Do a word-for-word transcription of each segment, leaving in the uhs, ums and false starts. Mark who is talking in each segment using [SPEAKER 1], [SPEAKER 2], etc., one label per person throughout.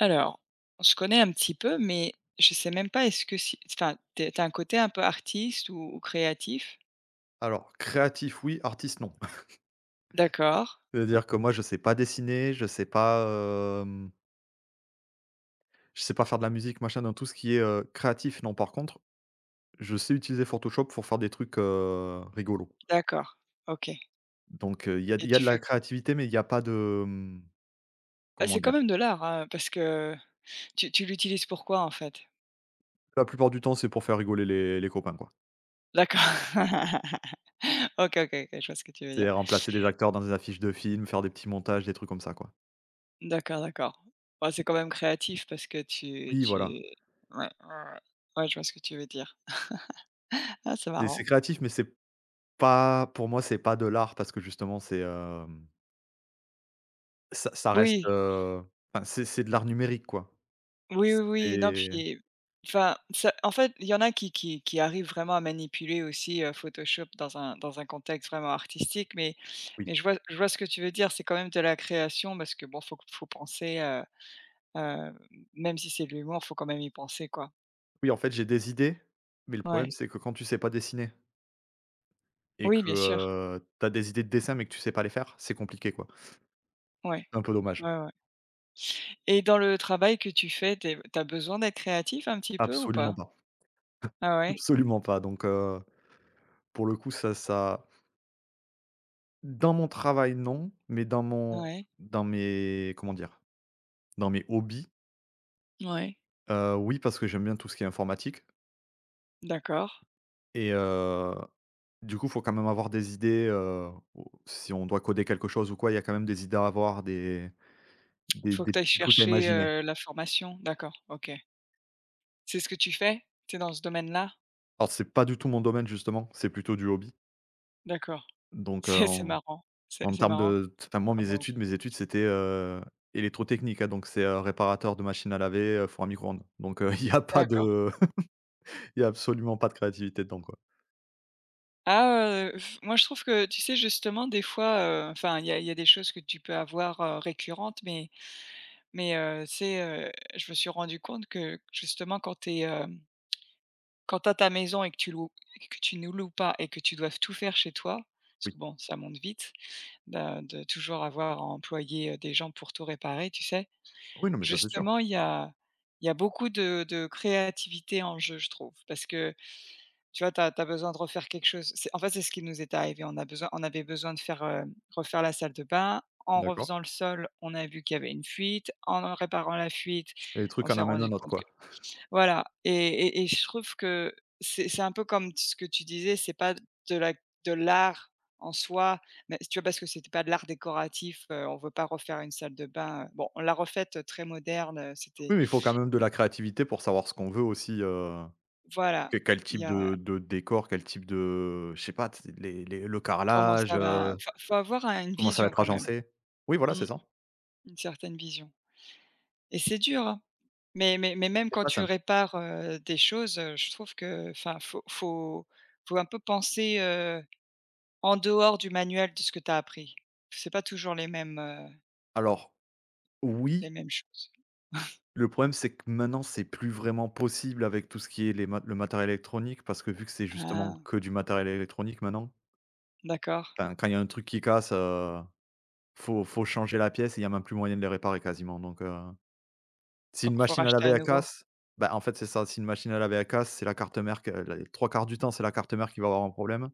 [SPEAKER 1] Alors, je connais un petit peu, mais je sais même pas est-ce que si enfin, tu es un côté un peu artiste ou ou créatif?
[SPEAKER 2] Alors, créatif oui, artiste non.
[SPEAKER 1] D'accord,
[SPEAKER 2] C'est-à-dire que moi je sais pas dessiner, je sais pas, hem, je sais pas faire de la musique machin, dans tout ce qui est, heu, créatif non. Par contre, je sais utiliser Photoshop pour faire des trucs, heu, rigolos.
[SPEAKER 1] d'accord, OK
[SPEAKER 2] Donc, il y a
[SPEAKER 1] et
[SPEAKER 2] il y a
[SPEAKER 1] tu
[SPEAKER 2] de la
[SPEAKER 1] fais
[SPEAKER 2] créativité, mais il y a pas de, mmh,
[SPEAKER 1] bah,
[SPEAKER 2] comment
[SPEAKER 1] c'est quand
[SPEAKER 2] dire?
[SPEAKER 1] même de l'art, hein, parce que tu tu l'utilises pour quoi, en fait?
[SPEAKER 2] La plupart du temps, c'est pour faire rigoler les les copains, quoi.
[SPEAKER 1] D'accord. OK, OK, OK, je vois ce que tu veux dire.
[SPEAKER 2] C'est remplacer des acteurs dans des affiches de films, faire des petits montages, des trucs comme ça, quoi.
[SPEAKER 1] D'accord, d'accord. Bah, c'est quand même créatif parce que tu
[SPEAKER 2] Oui,
[SPEAKER 1] tu
[SPEAKER 2] voilà.
[SPEAKER 1] ouais, ouais, ouais. Ouais, je vois ce que tu veux dire. Ah, c'est
[SPEAKER 2] C'est c'est
[SPEAKER 1] marrant.
[SPEAKER 2] créatif, mais c'est pas pour moi, c'est pas de l'art parce que justement c'est, Ça ça reste,
[SPEAKER 1] Oui.
[SPEAKER 2] heu, enfin, c'est c'est de l'art numérique, quoi.
[SPEAKER 1] Oui, oui, oui, non,
[SPEAKER 2] C'est
[SPEAKER 1] puis enfin, ça en fait, il y en a qui qui qui arrivent vraiment à manipuler aussi, heu, Photoshop dans un dans un contexte vraiment artistique, mais mais
[SPEAKER 2] Oui.
[SPEAKER 1] je vois je vois ce que tu veux dire. C'est quand même de la création parce que bon, faut faut penser, heu heu, même si c'est de l'humour, faut quand même y penser, quoi.
[SPEAKER 2] Oui, en fait, j'ai des idées, mais le problème,
[SPEAKER 1] Ouais.
[SPEAKER 2] c'est que quand tu sais pas dessiner et
[SPEAKER 1] Oui,
[SPEAKER 2] que,
[SPEAKER 1] bien sûr.
[SPEAKER 2] heu, tu as des idées de dessin, mais que tu sais pas les faire, c'est compliqué, quoi.
[SPEAKER 1] Ouais.
[SPEAKER 2] C'est un peu
[SPEAKER 1] Ouais,
[SPEAKER 2] dommage.
[SPEAKER 1] ouais et dans le travail que tu fais, tu es besoin d'être créatif un petit peu ou
[SPEAKER 2] Absolument
[SPEAKER 1] pas?
[SPEAKER 2] pas,
[SPEAKER 1] Ah ouais?
[SPEAKER 2] absolument pas, donc heu, pour le coup, ça ça dans mon travail, non, mais dans
[SPEAKER 1] Ah
[SPEAKER 2] mon
[SPEAKER 1] ouais?
[SPEAKER 2] dans mes comment dire? Dans mes hobbies,
[SPEAKER 1] Ouais.
[SPEAKER 2] heu, oui, parce que j'aime bien tout ce qui est informatique.
[SPEAKER 1] D'accord.
[SPEAKER 2] Et heu, du coup, il faut quand même avoir des idées, heu, au si on doit coder quelque chose ou quoi, il y a quand même des idées à avoir, des
[SPEAKER 1] Il
[SPEAKER 2] des
[SPEAKER 1] Faut que
[SPEAKER 2] des
[SPEAKER 1] tu ailles
[SPEAKER 2] petits trucs à
[SPEAKER 1] chercher,
[SPEAKER 2] imaginer.
[SPEAKER 1] heu, la formation? D'accord, OK. C'est ce que tu fais? Tu es dans ce domaine-là?
[SPEAKER 2] Alors c'est pas du tout mon domaine justement, c'est plutôt du hobby.
[SPEAKER 1] D'accord.
[SPEAKER 2] Donc heu,
[SPEAKER 1] C'est c'est
[SPEAKER 2] en
[SPEAKER 1] marrant. C'est
[SPEAKER 2] en
[SPEAKER 1] c'est
[SPEAKER 2] termes
[SPEAKER 1] marrant
[SPEAKER 2] de t enfin, moi,
[SPEAKER 1] comme
[SPEAKER 2] mes études
[SPEAKER 1] hobby.
[SPEAKER 2] mes études c'était, heu, électrotechnique, hein, donc c'est, heu, réparateur de machines à laver, heu, four à micro-ondes. Donc heu, il y a pas
[SPEAKER 1] D'accord.
[SPEAKER 2] de il y a absolument pas de créativité dedans, quoi.
[SPEAKER 1] Ah, heu, moi je trouve que tu sais justement des fois, heu, enfin il y a il y a des choses que tu peux avoir, heu, récurrentes mais mais, heu, tu sais, heu, je me suis rendu compte que justement quand tu es, quand t'as ta maison et que tu loues que tu ne loues pas et que tu dois tout faire chez toi, parce que
[SPEAKER 2] Oui.
[SPEAKER 1] bon ça monte vite, de de toujours avoir à employer, heu, des gens pour tout réparer, tu sais?
[SPEAKER 2] Oui, non mais ça c'est sûr.
[SPEAKER 1] Justement, il y a il y a beaucoup de de créativité en jeu, je trouve. Parce que, tu vois, tu as besoin de refaire quelque chose. C'est en fait, c'est ce qui nous est arrivé. On a besoin on avait besoin de faire, heu, refaire la salle de bain. En
[SPEAKER 2] D'accord.
[SPEAKER 1] refaisant le sol, on a vu qu'il y avait une fuite. En réparant la fuite,
[SPEAKER 2] Et les
[SPEAKER 1] on
[SPEAKER 2] trucs en
[SPEAKER 1] s'est
[SPEAKER 2] amènent
[SPEAKER 1] rendu
[SPEAKER 2] un autre,
[SPEAKER 1] compte
[SPEAKER 2] quoi.
[SPEAKER 1] voilà et et et je trouve que c'est c'est un peu comme ce que tu disais, c'est pas de la de l'art en soi, mais tu vois? Parce que c'était pas de l'art décoratif, heu, on veut pas refaire une salle de bain, heu, bon, on l'a refaite euh, très moderne, heu, c'était
[SPEAKER 2] Oui, mais il faut quand même de la créativité pour savoir ce qu'on veut aussi, heu
[SPEAKER 1] voilà,
[SPEAKER 2] Que quel
[SPEAKER 1] il y
[SPEAKER 2] type
[SPEAKER 1] a
[SPEAKER 2] de de décor, quel type de je sais pas, tu les les le
[SPEAKER 1] comment
[SPEAKER 2] carrelage,
[SPEAKER 1] ça va
[SPEAKER 2] heu,
[SPEAKER 1] faut faut avoir un une
[SPEAKER 2] comment ça va
[SPEAKER 1] vision
[SPEAKER 2] être
[SPEAKER 1] quand même.
[SPEAKER 2] agencé? Oui, voilà,
[SPEAKER 1] Mmh,
[SPEAKER 2] c'est ça.
[SPEAKER 1] une certaine vision et c'est dur, hein, mais mais mais même
[SPEAKER 2] C'est
[SPEAKER 1] quand
[SPEAKER 2] pas
[SPEAKER 1] tu
[SPEAKER 2] simple.
[SPEAKER 1] répares, heu, des choses, heu, je trouve que, enfin, faut faut faut un peu penser, En dehors du manuel de ce que tu as appris? C'est pas toujours les mêmes, heu,
[SPEAKER 2] Alors
[SPEAKER 1] les
[SPEAKER 2] oui,
[SPEAKER 1] mêmes choses.
[SPEAKER 2] le problème, c'est que maintenant, c'est plus vraiment possible avec tout ce qui est les mat le matériel électronique parce que vu que c'est justement
[SPEAKER 1] Ah,
[SPEAKER 2] que du matériel électronique maintenant,
[SPEAKER 1] d'accord,
[SPEAKER 2] enfin, quand il y a un truc qui casse, heu, faut faut changer la pièce et il y a même plus moyen de les réparer quasiment donc heu, si
[SPEAKER 1] donc
[SPEAKER 2] une
[SPEAKER 1] faut
[SPEAKER 2] machine à
[SPEAKER 1] racheter
[SPEAKER 2] laver,
[SPEAKER 1] à
[SPEAKER 2] elle
[SPEAKER 1] nouveau.
[SPEAKER 2] casse, bah, en fait, c'est ça, si une machine à laver, elle casse, c'est la carte mère que la- les trois quarts du temps, c'est la carte mère qui va avoir un problème.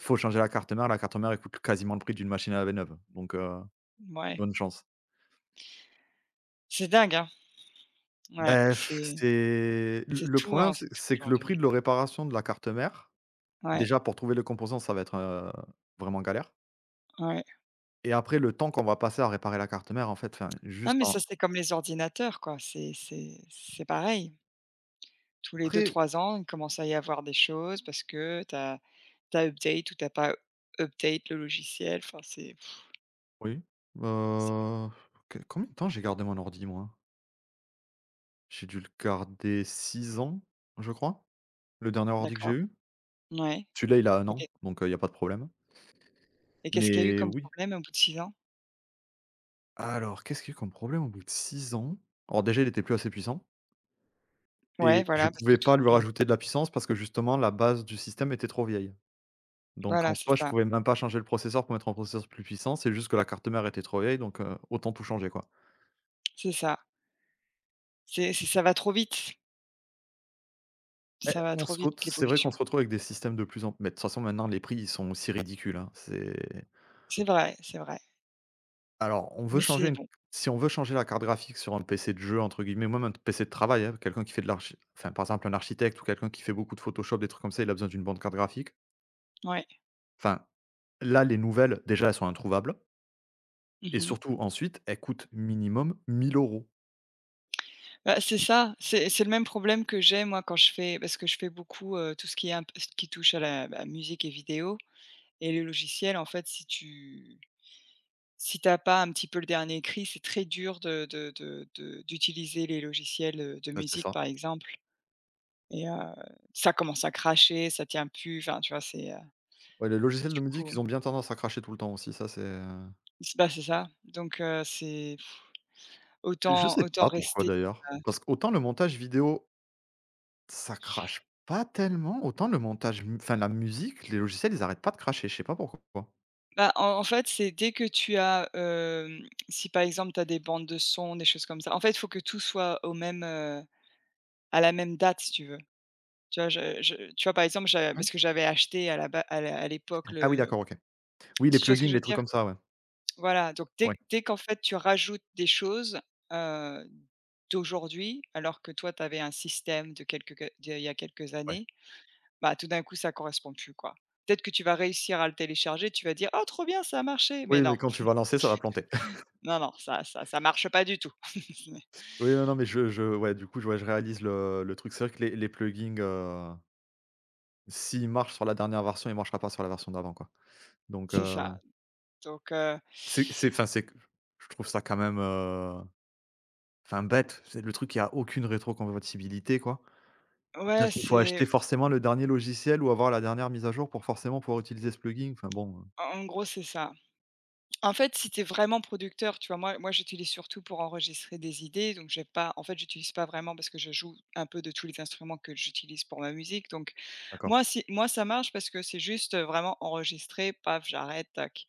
[SPEAKER 2] Faut changer la carte mère, la carte mère, elle coûte quasiment le prix d'une machine à laver neuve, donc heu,
[SPEAKER 1] Ouais.
[SPEAKER 2] bonne chance.
[SPEAKER 1] C'est dingue, hein? Ouais,
[SPEAKER 2] Beh,
[SPEAKER 1] c'est
[SPEAKER 2] c'est le
[SPEAKER 1] c'est
[SPEAKER 2] le
[SPEAKER 1] tout, hein,
[SPEAKER 2] problème,
[SPEAKER 1] c'est
[SPEAKER 2] c'est
[SPEAKER 1] tout
[SPEAKER 2] c'est que le
[SPEAKER 1] aujourd'hui.
[SPEAKER 2] prix de la réparation de la carte mère,
[SPEAKER 1] Ouais,
[SPEAKER 2] déjà pour trouver le composant, ça va être, heu, vraiment galère
[SPEAKER 1] ouais.
[SPEAKER 2] et après le temps qu'on va passer à réparer la carte mère en fait, enfin
[SPEAKER 1] Non,
[SPEAKER 2] juste
[SPEAKER 1] mais ça,
[SPEAKER 2] en
[SPEAKER 1] c'est comme les ordinateurs, quoi, c'est c'est c'est pareil. Tous les deux
[SPEAKER 2] après
[SPEAKER 1] trois ans, il commence à y avoir des choses parce que tu as update ou tu pas update le logiciel, enfin, c'est
[SPEAKER 2] oui,
[SPEAKER 1] c'est
[SPEAKER 2] heu, que combien de temps j'ai gardé mon ordi moi? J'ai dû le garder six ans, je crois, le dernier ordi que j'ai
[SPEAKER 1] d'accord.
[SPEAKER 2] eu.
[SPEAKER 1] Ouais,
[SPEAKER 2] Celui-là, il a un an,
[SPEAKER 1] OK
[SPEAKER 2] donc heu, il y a pas de problème,
[SPEAKER 1] et qu'est-ce qu'il y a eu
[SPEAKER 2] mais
[SPEAKER 1] comme
[SPEAKER 2] oui.
[SPEAKER 1] problème au bout de six ans?
[SPEAKER 2] Alors, qu'est-ce qu'il y a eu comme problème au bout de six ans? Alors déjà, il était plus assez puissant
[SPEAKER 1] Ouais,
[SPEAKER 2] et je
[SPEAKER 1] voilà, parce que
[SPEAKER 2] pouvais
[SPEAKER 1] tout
[SPEAKER 2] pas lui
[SPEAKER 1] ouais.
[SPEAKER 2] rajouter de la puissance parce que justement la base du système était trop vieille. Donc
[SPEAKER 1] Voilà,
[SPEAKER 2] en
[SPEAKER 1] c'est
[SPEAKER 2] soi, je
[SPEAKER 1] ça,
[SPEAKER 2] pouvais même pas changer le processeur pour mettre un processeur plus puissant, c'est juste que la carte mère était trop vieille, donc heu, autant tout changer, quoi.
[SPEAKER 1] c'est ça. C'est c'est ça va trop vite,
[SPEAKER 2] Eh,
[SPEAKER 1] ça va
[SPEAKER 2] on
[SPEAKER 1] trop
[SPEAKER 2] se ret
[SPEAKER 1] vite
[SPEAKER 2] c'est vrai qu'on
[SPEAKER 1] l'évolution.
[SPEAKER 2] se retrouve avec des systèmes de plus en plus. Mais de toute façon, maintenant, les prix, ils sont aussi ridicules, hein. C'est
[SPEAKER 1] C'est vrai, c'est vrai,
[SPEAKER 2] alors, on veut
[SPEAKER 1] mais
[SPEAKER 2] changer
[SPEAKER 1] c'est
[SPEAKER 2] une
[SPEAKER 1] bon,
[SPEAKER 2] si on veut changer la carte graphique sur un P C de «jeu» entre guillemets, ou même un P C de travail, hein, quelqu'un qui fait de l'archi enfin, par exemple, un architecte ou quelqu'un qui fait beaucoup de Photoshop, des trucs comme ça, il a besoin d'une bonne carte graphique.
[SPEAKER 1] ouais.
[SPEAKER 2] Enfin, là, les nouvelles, déjà, elles sont introuvables et
[SPEAKER 1] Mmh.
[SPEAKER 2] surtout, ensuite, elles coûtent minimum mille euros.
[SPEAKER 1] Bah, c'est ça, c'est c'est le même problème que j'ai moi quand je fais parce que je fais beaucoup, heu, tout ce qui est un p ce qui touche à la, bah, musique et vidéo et les logiciels en fait si tu si t'as pas un petit peu le dernier cri, c'est très dur de de de de d'utiliser les logiciels, heu, de
[SPEAKER 2] Bah, c'est
[SPEAKER 1] musique
[SPEAKER 2] ça.
[SPEAKER 1] par exemple et heu, ça commence à cracher, ça tient plus, enfin tu vois? C'est, heu,
[SPEAKER 2] Ouais, les logiciels de
[SPEAKER 1] du
[SPEAKER 2] musique,
[SPEAKER 1] coup,
[SPEAKER 2] ils ont bien tendance à cracher tout le temps aussi, ça c'est, heu
[SPEAKER 1] C bah, c'est ça. Donc heu, c'est
[SPEAKER 2] je
[SPEAKER 1] autant
[SPEAKER 2] sais
[SPEAKER 1] autant
[SPEAKER 2] pas pourquoi
[SPEAKER 1] rester,
[SPEAKER 2] d'ailleurs.
[SPEAKER 1] heu
[SPEAKER 2] Parce qu'autant le montage vidéo, ça crache pas tellement, autant le montage m enfin la musique, les logiciels, ils arrêtent pas de cracher, je sais pas pourquoi.
[SPEAKER 1] bah, en en fait, c'est dès que tu as, hem, si par exemple, tu as des bandes de son, des choses comme ça, en fait, il faut que tout soit au même, heu, à la même date, si tu veux. Tu vois, je je tu vois, par exemple, j'a
[SPEAKER 2] Hein?
[SPEAKER 1] parce que j'avais acheté à la ba à la à l'époque
[SPEAKER 2] Ah oui,
[SPEAKER 1] le
[SPEAKER 2] d'accord, OK. Oui, les
[SPEAKER 1] tu vois ce que
[SPEAKER 2] plugins,
[SPEAKER 1] je
[SPEAKER 2] les
[SPEAKER 1] veux
[SPEAKER 2] trucs
[SPEAKER 1] dire?
[SPEAKER 2] comme ça, ouais.
[SPEAKER 1] Voilà, donc dès
[SPEAKER 2] Ouais,
[SPEAKER 1] dès qu'en fait, tu rajoutes des choses, heu, d'aujourd'hui, alors que toi, tu avais un système de quelques que d'il y a quelques
[SPEAKER 2] ouais.
[SPEAKER 1] années. Bah, tout d'un coup, ça correspond plus, quoi. Peut-être que tu vas réussir à le télécharger, tu vas dire: «Oh trop bien, ça a marché!» mais
[SPEAKER 2] Oui, mais
[SPEAKER 1] non,
[SPEAKER 2] quand tu vas lancer, ça va planter.
[SPEAKER 1] non, non, ça ça ça marche pas du tout.
[SPEAKER 2] Oui, non, non, mais je je ouais, du coup, je ouais, je réalise le le truc. C'est vrai que les les plugins, euh, S'il marche sur la dernière version, il marchera pas sur la version d'avant, quoi. Donc,
[SPEAKER 1] C'est
[SPEAKER 2] heu,
[SPEAKER 1] ça. Donc heu,
[SPEAKER 2] c'est c'est enfin, c'est q je trouve ça quand même, heu, enfin, bête. C'est le truc, il y a aucune rétrocompatibilité, quoi.
[SPEAKER 1] ouais,
[SPEAKER 2] C'est-à-dire qu'il faut acheter
[SPEAKER 1] c'est
[SPEAKER 2] forcément le dernier logiciel ou avoir la dernière mise à jour pour forcément pouvoir utiliser ce plugin. Enfin bon, heu,
[SPEAKER 1] en gros, c'est ça. En fait, si t'es vraiment producteur, tu vois? Moi moi, j'utilise surtout pour enregistrer des idées, donc j'ai pas en fait, j'utilise pas vraiment parce que je joue un peu de tous les instruments que j'utilise pour ma musique, donc moi,
[SPEAKER 2] d'accord.
[SPEAKER 1] si moi, ça marche parce que c'est juste, heu, vraiment enregistrer, paf, j'arrête, tac.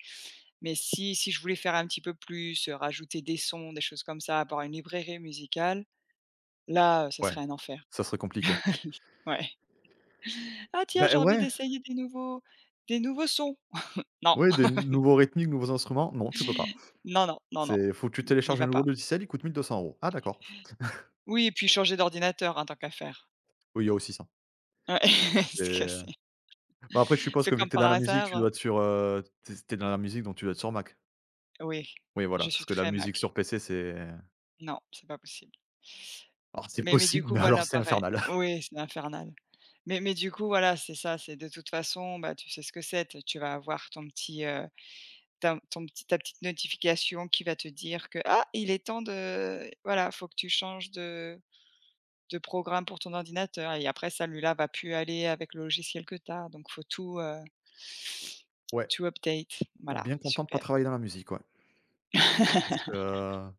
[SPEAKER 1] Mais si si je voulais faire un petit peu plus, heu, rajouter des sons, des choses comme ça, avoir une librairie musicale, là, heu, ça
[SPEAKER 2] Ouais,
[SPEAKER 1] serait un enfer.
[SPEAKER 2] ça serait compliqué.
[SPEAKER 1] Ouais. «Ah tiens,
[SPEAKER 2] Ben
[SPEAKER 1] j'ai envie
[SPEAKER 2] ouais,
[SPEAKER 1] d'essayer des nouveaux des nouveaux sons». Non,
[SPEAKER 2] ouais, des nouveaux rythmiques, nouveaux instruments, non, tu peux pas.
[SPEAKER 1] non, non, non, non,
[SPEAKER 2] C'est faut que tu
[SPEAKER 1] n'y
[SPEAKER 2] télécharges un
[SPEAKER 1] va
[SPEAKER 2] nouveau
[SPEAKER 1] pas.
[SPEAKER 2] logiciel, il coûte mille deux cents euros. Ah d'accord.
[SPEAKER 1] Oui et puis changer d'ordinateur, en tant qu'à faire.
[SPEAKER 2] Oui, il y a aussi ça.
[SPEAKER 1] Ouais, parce que
[SPEAKER 2] C'est
[SPEAKER 1] c'est
[SPEAKER 2] bah, après, je suppose
[SPEAKER 1] c'est
[SPEAKER 2] que vu
[SPEAKER 1] comme
[SPEAKER 2] que t'es
[SPEAKER 1] par
[SPEAKER 2] dans la musique,
[SPEAKER 1] hasard,
[SPEAKER 2] tu
[SPEAKER 1] heu
[SPEAKER 2] dois être sur, heu, tu es dans la musique, donc tu dois être sur Mac.
[SPEAKER 1] oui,
[SPEAKER 2] Oui, voilà,
[SPEAKER 1] je suis
[SPEAKER 2] parce que la
[SPEAKER 1] très
[SPEAKER 2] musique
[SPEAKER 1] Mac.
[SPEAKER 2] sur P C, c'est
[SPEAKER 1] Non, c'est pas possible.
[SPEAKER 2] alors c'est
[SPEAKER 1] Mais mais du
[SPEAKER 2] possible,
[SPEAKER 1] coup,
[SPEAKER 2] mais alors
[SPEAKER 1] voilà,
[SPEAKER 2] c'est
[SPEAKER 1] pareil.
[SPEAKER 2] infernal.
[SPEAKER 1] Oui, c'est infernal. Mais mais du coup, voilà, c'est ça, c'est de toute façon, bah, tu sais ce que c'est, t tu vas avoir ton petit, heu ta ton petit ta petite notification qui va te dire que: «Ah, il est temps de voilà, faut que tu changes de de programme pour ton ordinateur» et après celui-là va plus aller avec le logiciel que tu as, donc faut tout, heu
[SPEAKER 2] Ouais,
[SPEAKER 1] tout update. Voilà,
[SPEAKER 2] bien content de pas
[SPEAKER 1] super.
[SPEAKER 2] travailler dans la musique, ouais. Parce que euh,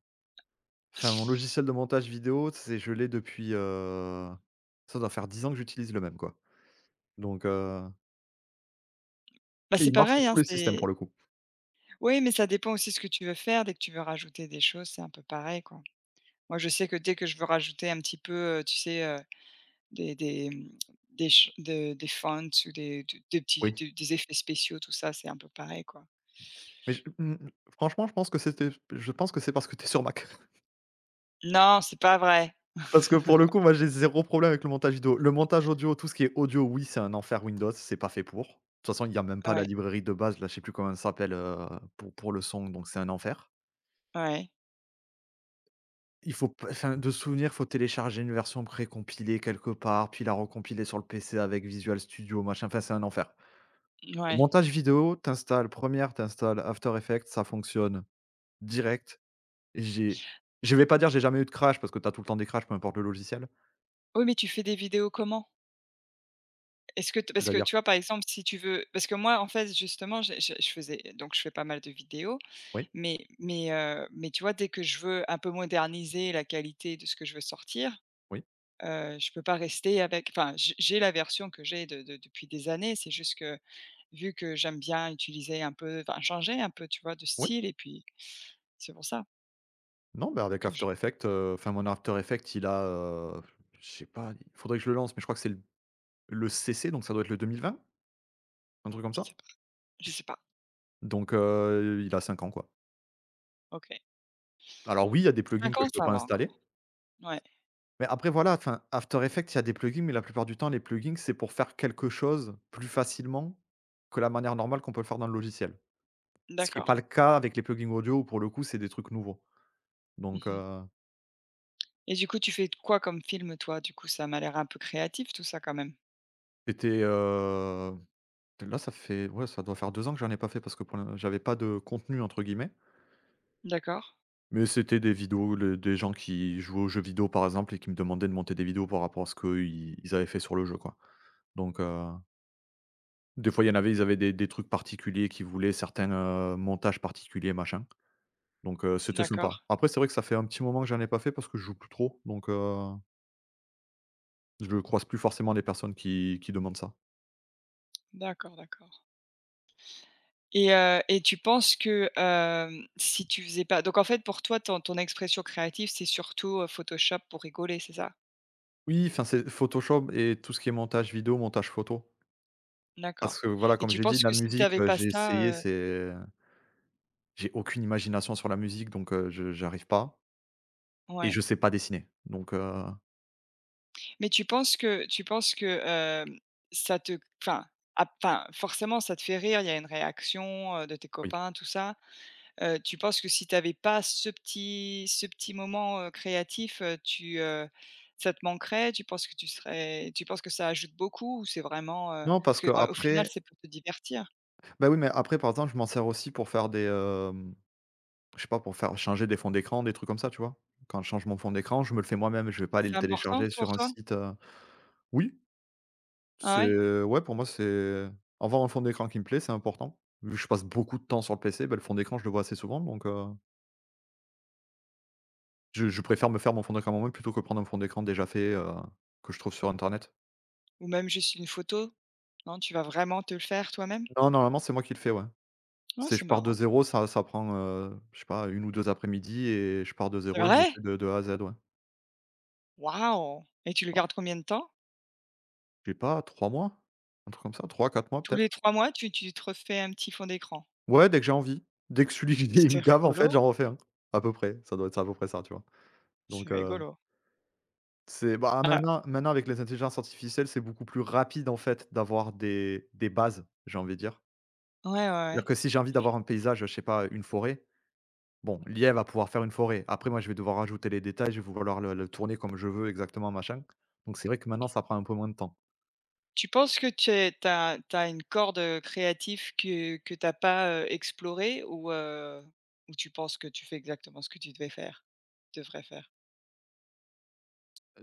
[SPEAKER 2] enfin mon logiciel de montage vidéo, c'est je l'ai depuis, heu, ça doit faire dix ans que j'utilise le même, quoi. Donc heu
[SPEAKER 1] Bah,
[SPEAKER 2] et
[SPEAKER 1] c'est
[SPEAKER 2] il marche sur
[SPEAKER 1] pareil, hein,
[SPEAKER 2] tous les systèmes
[SPEAKER 1] c'est
[SPEAKER 2] pour le coup.
[SPEAKER 1] oui, mais ça dépend aussi de ce que tu veux faire. Dès que tu veux rajouter des choses, c'est un peu pareil, quoi. Moi, je sais que dès que je veux rajouter un petit peu, heu, tu sais, euh, Des des, mmh, des ch de des fonts ou des de des petits
[SPEAKER 2] Oui,
[SPEAKER 1] des des effets spéciaux, tout ça, c'est un peu pareil, quoi.
[SPEAKER 2] mais je mmh, mmh, franchement, je pense que c'était je pense que c'est parce que t'es sur Mac.
[SPEAKER 1] Non, c'est pas vrai.
[SPEAKER 2] Parce que pour le coup, moi, j'ai zéro problème avec le montage vidéo. Le montage audio, tout ce qui est audio, oui, c'est un enfer Windows, c'est pas fait pour. De toute façon, il y a même pas la
[SPEAKER 1] Ouais,
[SPEAKER 2] librairie de base, là, je sais plus comment elle s'appelle, heu, pour pour le son, donc c'est un enfer.
[SPEAKER 1] ouais,
[SPEAKER 2] Il faut p enfin, de souvenir, faut télécharger une version précompilée quelque part, puis la recompiler sur le P C avec Visual Studio, machin, enfin, c'est un enfer. Le
[SPEAKER 1] ouais.
[SPEAKER 2] montage vidéo, tu installes Première, tu After Effects, ça fonctionne direct. J'ai je vais pas dire j'ai jamais eu de crash parce que t'as tout le temps des crashs, peu importe le logiciel.
[SPEAKER 1] Oui, mais tu fais des vidéos comment? Est-ce que t parce que
[SPEAKER 2] C'est-à-dire
[SPEAKER 1] tu vois, par exemple, si tu veux parce que moi, en fait, justement, j'ai je je faisais donc je fais pas mal de vidéos,
[SPEAKER 2] oui,
[SPEAKER 1] mais mais heu, mais tu vois, dès que je veux un peu moderniser la qualité de ce que je veux sortir,
[SPEAKER 2] oui,
[SPEAKER 1] heu, je peux pas rester avec enfin, j'ai j'ai la version que j'ai de de depuis des années, c'est juste que. Vu que j'aime bien utiliser un peu enfin changer un peu, tu vois, de
[SPEAKER 2] oui.
[SPEAKER 1] style et puis c'est pour ça
[SPEAKER 2] Non, bah, avec
[SPEAKER 1] que je
[SPEAKER 2] After Effects, heu, enfin mon After Effects, il a, heu, je sais pas, il faudrait que je le lance, mais je crois que c'est le le C C, donc ça doit être le deux mille vingt, un truc comme
[SPEAKER 1] je sais
[SPEAKER 2] ça?
[SPEAKER 1] pas je sais pas.
[SPEAKER 2] Donc heu, il a cinq ans, quoi.
[SPEAKER 1] OK.
[SPEAKER 2] Alors oui, il y a des plugins
[SPEAKER 1] cinq
[SPEAKER 2] que
[SPEAKER 1] ans,
[SPEAKER 2] je peux
[SPEAKER 1] ça
[SPEAKER 2] pas
[SPEAKER 1] va
[SPEAKER 2] installer,
[SPEAKER 1] encore. Ouais,
[SPEAKER 2] mais après voilà, enfin After Effects, il y a des plugins, mais la plupart du temps, les plugins, c'est pour faire quelque chose plus facilement que la manière normale qu'on peut le faire dans le logiciel. Ce qui est pas
[SPEAKER 1] d'accord.
[SPEAKER 2] le cas avec les plugins audio où pour le coup, c'est des trucs nouveaux. Donc
[SPEAKER 1] Mmh
[SPEAKER 2] heu,
[SPEAKER 1] et du coup, tu fais quoi comme film toi? Du coup, ça m'a l'air un peu créatif tout ça quand même.
[SPEAKER 2] c'était, là, ça fait ouais, ça doit faire deux ans que j'en ai pas fait parce que pour l'in j'avais pas de «contenu» entre guillemets,
[SPEAKER 1] D'accord,
[SPEAKER 2] mais c'était des vidéos, le des gens qui jouaient aux jeux vidéo, par exemple, et qui me demandaient de monter des vidéos par rapport à ce qu'ils ils avaient fait sur le jeu, quoi. Donc, heu, des fois, il y en avait, ils avaient des des trucs particuliers qu'ils voulaient, certains, heu, montages particuliers, machin. Donc, heu, c'était sympa.
[SPEAKER 1] d'accord,
[SPEAKER 2] Après, c'est vrai que ça fait un petit moment que j'en ai pas fait parce que je joue plus trop, donc, heu, je croise plus forcément les personnes qui qui demandent ça.
[SPEAKER 1] d'accord, d'accord et heu et tu penses que, hem, si tu faisais pas donc en fait pour toi ton ton expression créative, c'est surtout, heu, Photoshop pour rigoler, c'est ça?
[SPEAKER 2] Oui, enfin, c'est Photoshop et tout ce qui est montage vidéo, montage photo.
[SPEAKER 1] D'accord
[SPEAKER 2] Parce que voilà,
[SPEAKER 1] et
[SPEAKER 2] comme
[SPEAKER 1] tu
[SPEAKER 2] j'ai dit,
[SPEAKER 1] penses
[SPEAKER 2] de la
[SPEAKER 1] que si tu
[SPEAKER 2] musique,
[SPEAKER 1] avais
[SPEAKER 2] heu,
[SPEAKER 1] pas
[SPEAKER 2] j'ai essayé,
[SPEAKER 1] ça, heu
[SPEAKER 2] c'est j'ai aucune imagination sur la musique, donc heu, je j'arrive pas et je
[SPEAKER 1] ouais.
[SPEAKER 2] sais pas dessiner, donc heu,
[SPEAKER 1] Mais tu penses que tu penses que, hem, ça te enfin ap enfin, forcément ça te fait rire, il y a une réaction, heu, de tes
[SPEAKER 2] oui.
[SPEAKER 1] copains, tout ça. Heu, tu penses que si tu avais pas ce petit ce petit moment, heu, créatif, heu, tu, heu, ça te manquerait? Tu penses que tu serais tu penses que ça ajoute beaucoup ou c'est vraiment, heu
[SPEAKER 2] Non, parce que
[SPEAKER 1] parce qu'au final,
[SPEAKER 2] après,
[SPEAKER 1] c'est pour te divertir?
[SPEAKER 2] bah, oui, mais après, par exemple, je m'en sers aussi pour faire des, hem, je sais pas, pour faire changer des fonds d'écran, des trucs comme ça, tu vois? Quand je change mon fond d'écran, je me le fais moi-même, je vais pas aller
[SPEAKER 1] C'est
[SPEAKER 2] le
[SPEAKER 1] important
[SPEAKER 2] télécharger sur
[SPEAKER 1] pour
[SPEAKER 2] un
[SPEAKER 1] toi?
[SPEAKER 2] site, heu oui,
[SPEAKER 1] Ah ouais?
[SPEAKER 2] c'est ouais, pour moi, c'est avoir un fond d'écran qui me plaît, c'est important. Vu que je passe beaucoup de temps sur le P C, bah, le fond d'écran, je le vois assez souvent, donc heu Je je préfère me faire mon fond d'écran moi-même plutôt que prendre un fond d'écran déjà fait, heu, que je trouve sur internet.
[SPEAKER 1] Ou même juste une photo? Non, tu vas vraiment te le faire toi-même?
[SPEAKER 2] Non, normalement, c'est moi qui le fais, ouais.
[SPEAKER 1] Non,
[SPEAKER 2] C'est
[SPEAKER 1] c'est
[SPEAKER 2] je pars de
[SPEAKER 1] marrant.
[SPEAKER 2] zéro ça ça prend, heu, je sais pas une ou deux après-midi et je pars de
[SPEAKER 1] C'est
[SPEAKER 2] zéro et je le
[SPEAKER 1] vrai?
[SPEAKER 2] fais de de A à Z, ouais.
[SPEAKER 1] Waouh! Et tu le gardes combien de temps?
[SPEAKER 2] J'ai pas trois mois? Un truc comme ça, trois quatre mois
[SPEAKER 1] Tous les
[SPEAKER 2] peut-être?
[SPEAKER 1] trois mois, tu tu te refais un petit fond d'écran.
[SPEAKER 2] Ouais, dès que j'ai envie. Dès que celui que j'ai, il me
[SPEAKER 1] C'est
[SPEAKER 2] gave, en fait,
[SPEAKER 1] rigolo,
[SPEAKER 2] j'en refais un. À peu près, ça doit être ça, à peu près ça, tu vois?
[SPEAKER 1] c'est
[SPEAKER 2] Donc, heu,
[SPEAKER 1] rigolo.
[SPEAKER 2] c'est bah,
[SPEAKER 1] Ah,
[SPEAKER 2] maintenant maintenant avec les intelligences artificielles, c'est beaucoup plus rapide, en fait, d'avoir des des bases, j'ai envie de dire.
[SPEAKER 1] ouais, ouais,
[SPEAKER 2] C'est-à-dire
[SPEAKER 1] ouais.
[SPEAKER 2] que si j'ai envie d'avoir un paysage, je sais pas, une forêt, bon, l'I A va pouvoir faire une forêt. Après, moi, je vais devoir rajouter les détails, je vais vouloir le le tourner comme je veux exactement, machin. Donc c'est vrai que maintenant, ça prend un peu moins de temps.
[SPEAKER 1] Tu penses que tu es tu as tu as une corde, heu, créative que que tu as pas, heu, explorée ou heu, ou tu penses que tu fais exactement ce que tu devais faire devrais faire?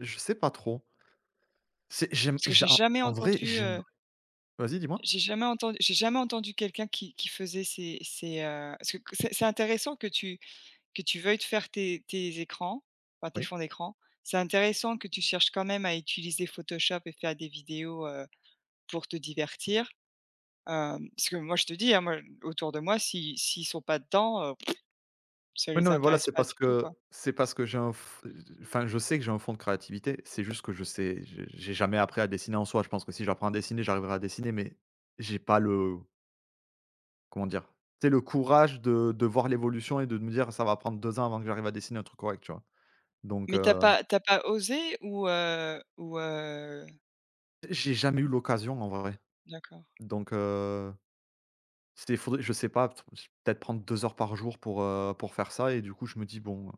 [SPEAKER 2] Je sais pas trop. C'est j'aime
[SPEAKER 1] Parce que
[SPEAKER 2] j'ai
[SPEAKER 1] j'ai
[SPEAKER 2] en
[SPEAKER 1] jamais
[SPEAKER 2] en vrai,
[SPEAKER 1] entendu,
[SPEAKER 2] j'aime
[SPEAKER 1] heu,
[SPEAKER 2] vas-y, dis-moi?
[SPEAKER 1] j'ai jamais entendu j'ai jamais entendu quelqu'un qui qui faisait ces ces, heu parce que c'est c'est intéressant que tu que tu veuilles te faire tes tes écrans, enfin tes
[SPEAKER 2] Oui?
[SPEAKER 1] fonds d'écran, c'est intéressant que tu cherches quand même à utiliser Photoshop et faire des vidéos, heu, pour te divertir. Hem, parce que moi je te dis, hein, moi autour de moi, si s'ils sont pas dedans, heu, ça
[SPEAKER 2] Oui,
[SPEAKER 1] les
[SPEAKER 2] non, mais voilà,
[SPEAKER 1] intéresse
[SPEAKER 2] c'est
[SPEAKER 1] pas
[SPEAKER 2] parce
[SPEAKER 1] du tout, quoi.
[SPEAKER 2] que c'est parce que j'ai un f enfin, je sais que j'ai un fond de créativité, c'est juste que je sais j'ai j'ai jamais appris à dessiner en soi. Je pense que si j'apprends à dessiner, j'arriverai à dessiner, mais j'ai pas le comment dire? C'est le courage de de voir l'évolution et de me dire: «Ça va prendre deux ans avant que j'arrive à dessiner un truc correct», tu vois? Donc
[SPEAKER 1] Mais t'as
[SPEAKER 2] euh,
[SPEAKER 1] pas t'as pas osé ou, heu ou, heu
[SPEAKER 2] j'ai jamais eu l'occasion en vrai,
[SPEAKER 1] d'accord,
[SPEAKER 2] donc heu, c'est faudrait je sais pas, p- peut-être prendre deux heures par jour pour, heu, pour faire ça et du coup je me dis: «Bon,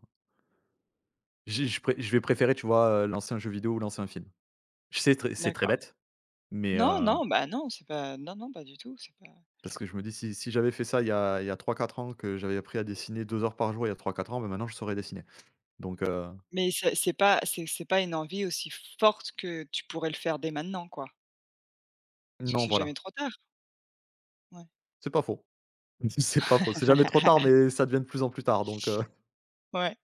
[SPEAKER 2] j'ai je pré je vais préférer, tu vois, heu, lancer un jeu vidéo ou lancer un film. Je sais très c'est très
[SPEAKER 1] d'accord.
[SPEAKER 2] bête, mais
[SPEAKER 1] Non,
[SPEAKER 2] heu,
[SPEAKER 1] non, bah, non, c'est pas non, non, pas du tout, c'est pas
[SPEAKER 2] parce que je me dis si si j'avais fait ça il y a il y a trois quatre ans, que j'avais appris à dessiner deux heures par jour il y a trois quatre ans, bah, maintenant je saurais dessiner, donc heu,
[SPEAKER 1] mais c'est c'est pas c'est c'est pas une envie aussi forte que tu pourrais le faire dès maintenant, quoi. Parce que
[SPEAKER 2] non,
[SPEAKER 1] c'est jamais
[SPEAKER 2] voilà.
[SPEAKER 1] trop tard. Ouais.
[SPEAKER 2] C'est pas faux. C'est pas faux. C'est jamais trop tard, mais ça devient de plus en plus tard, donc
[SPEAKER 1] Ouais.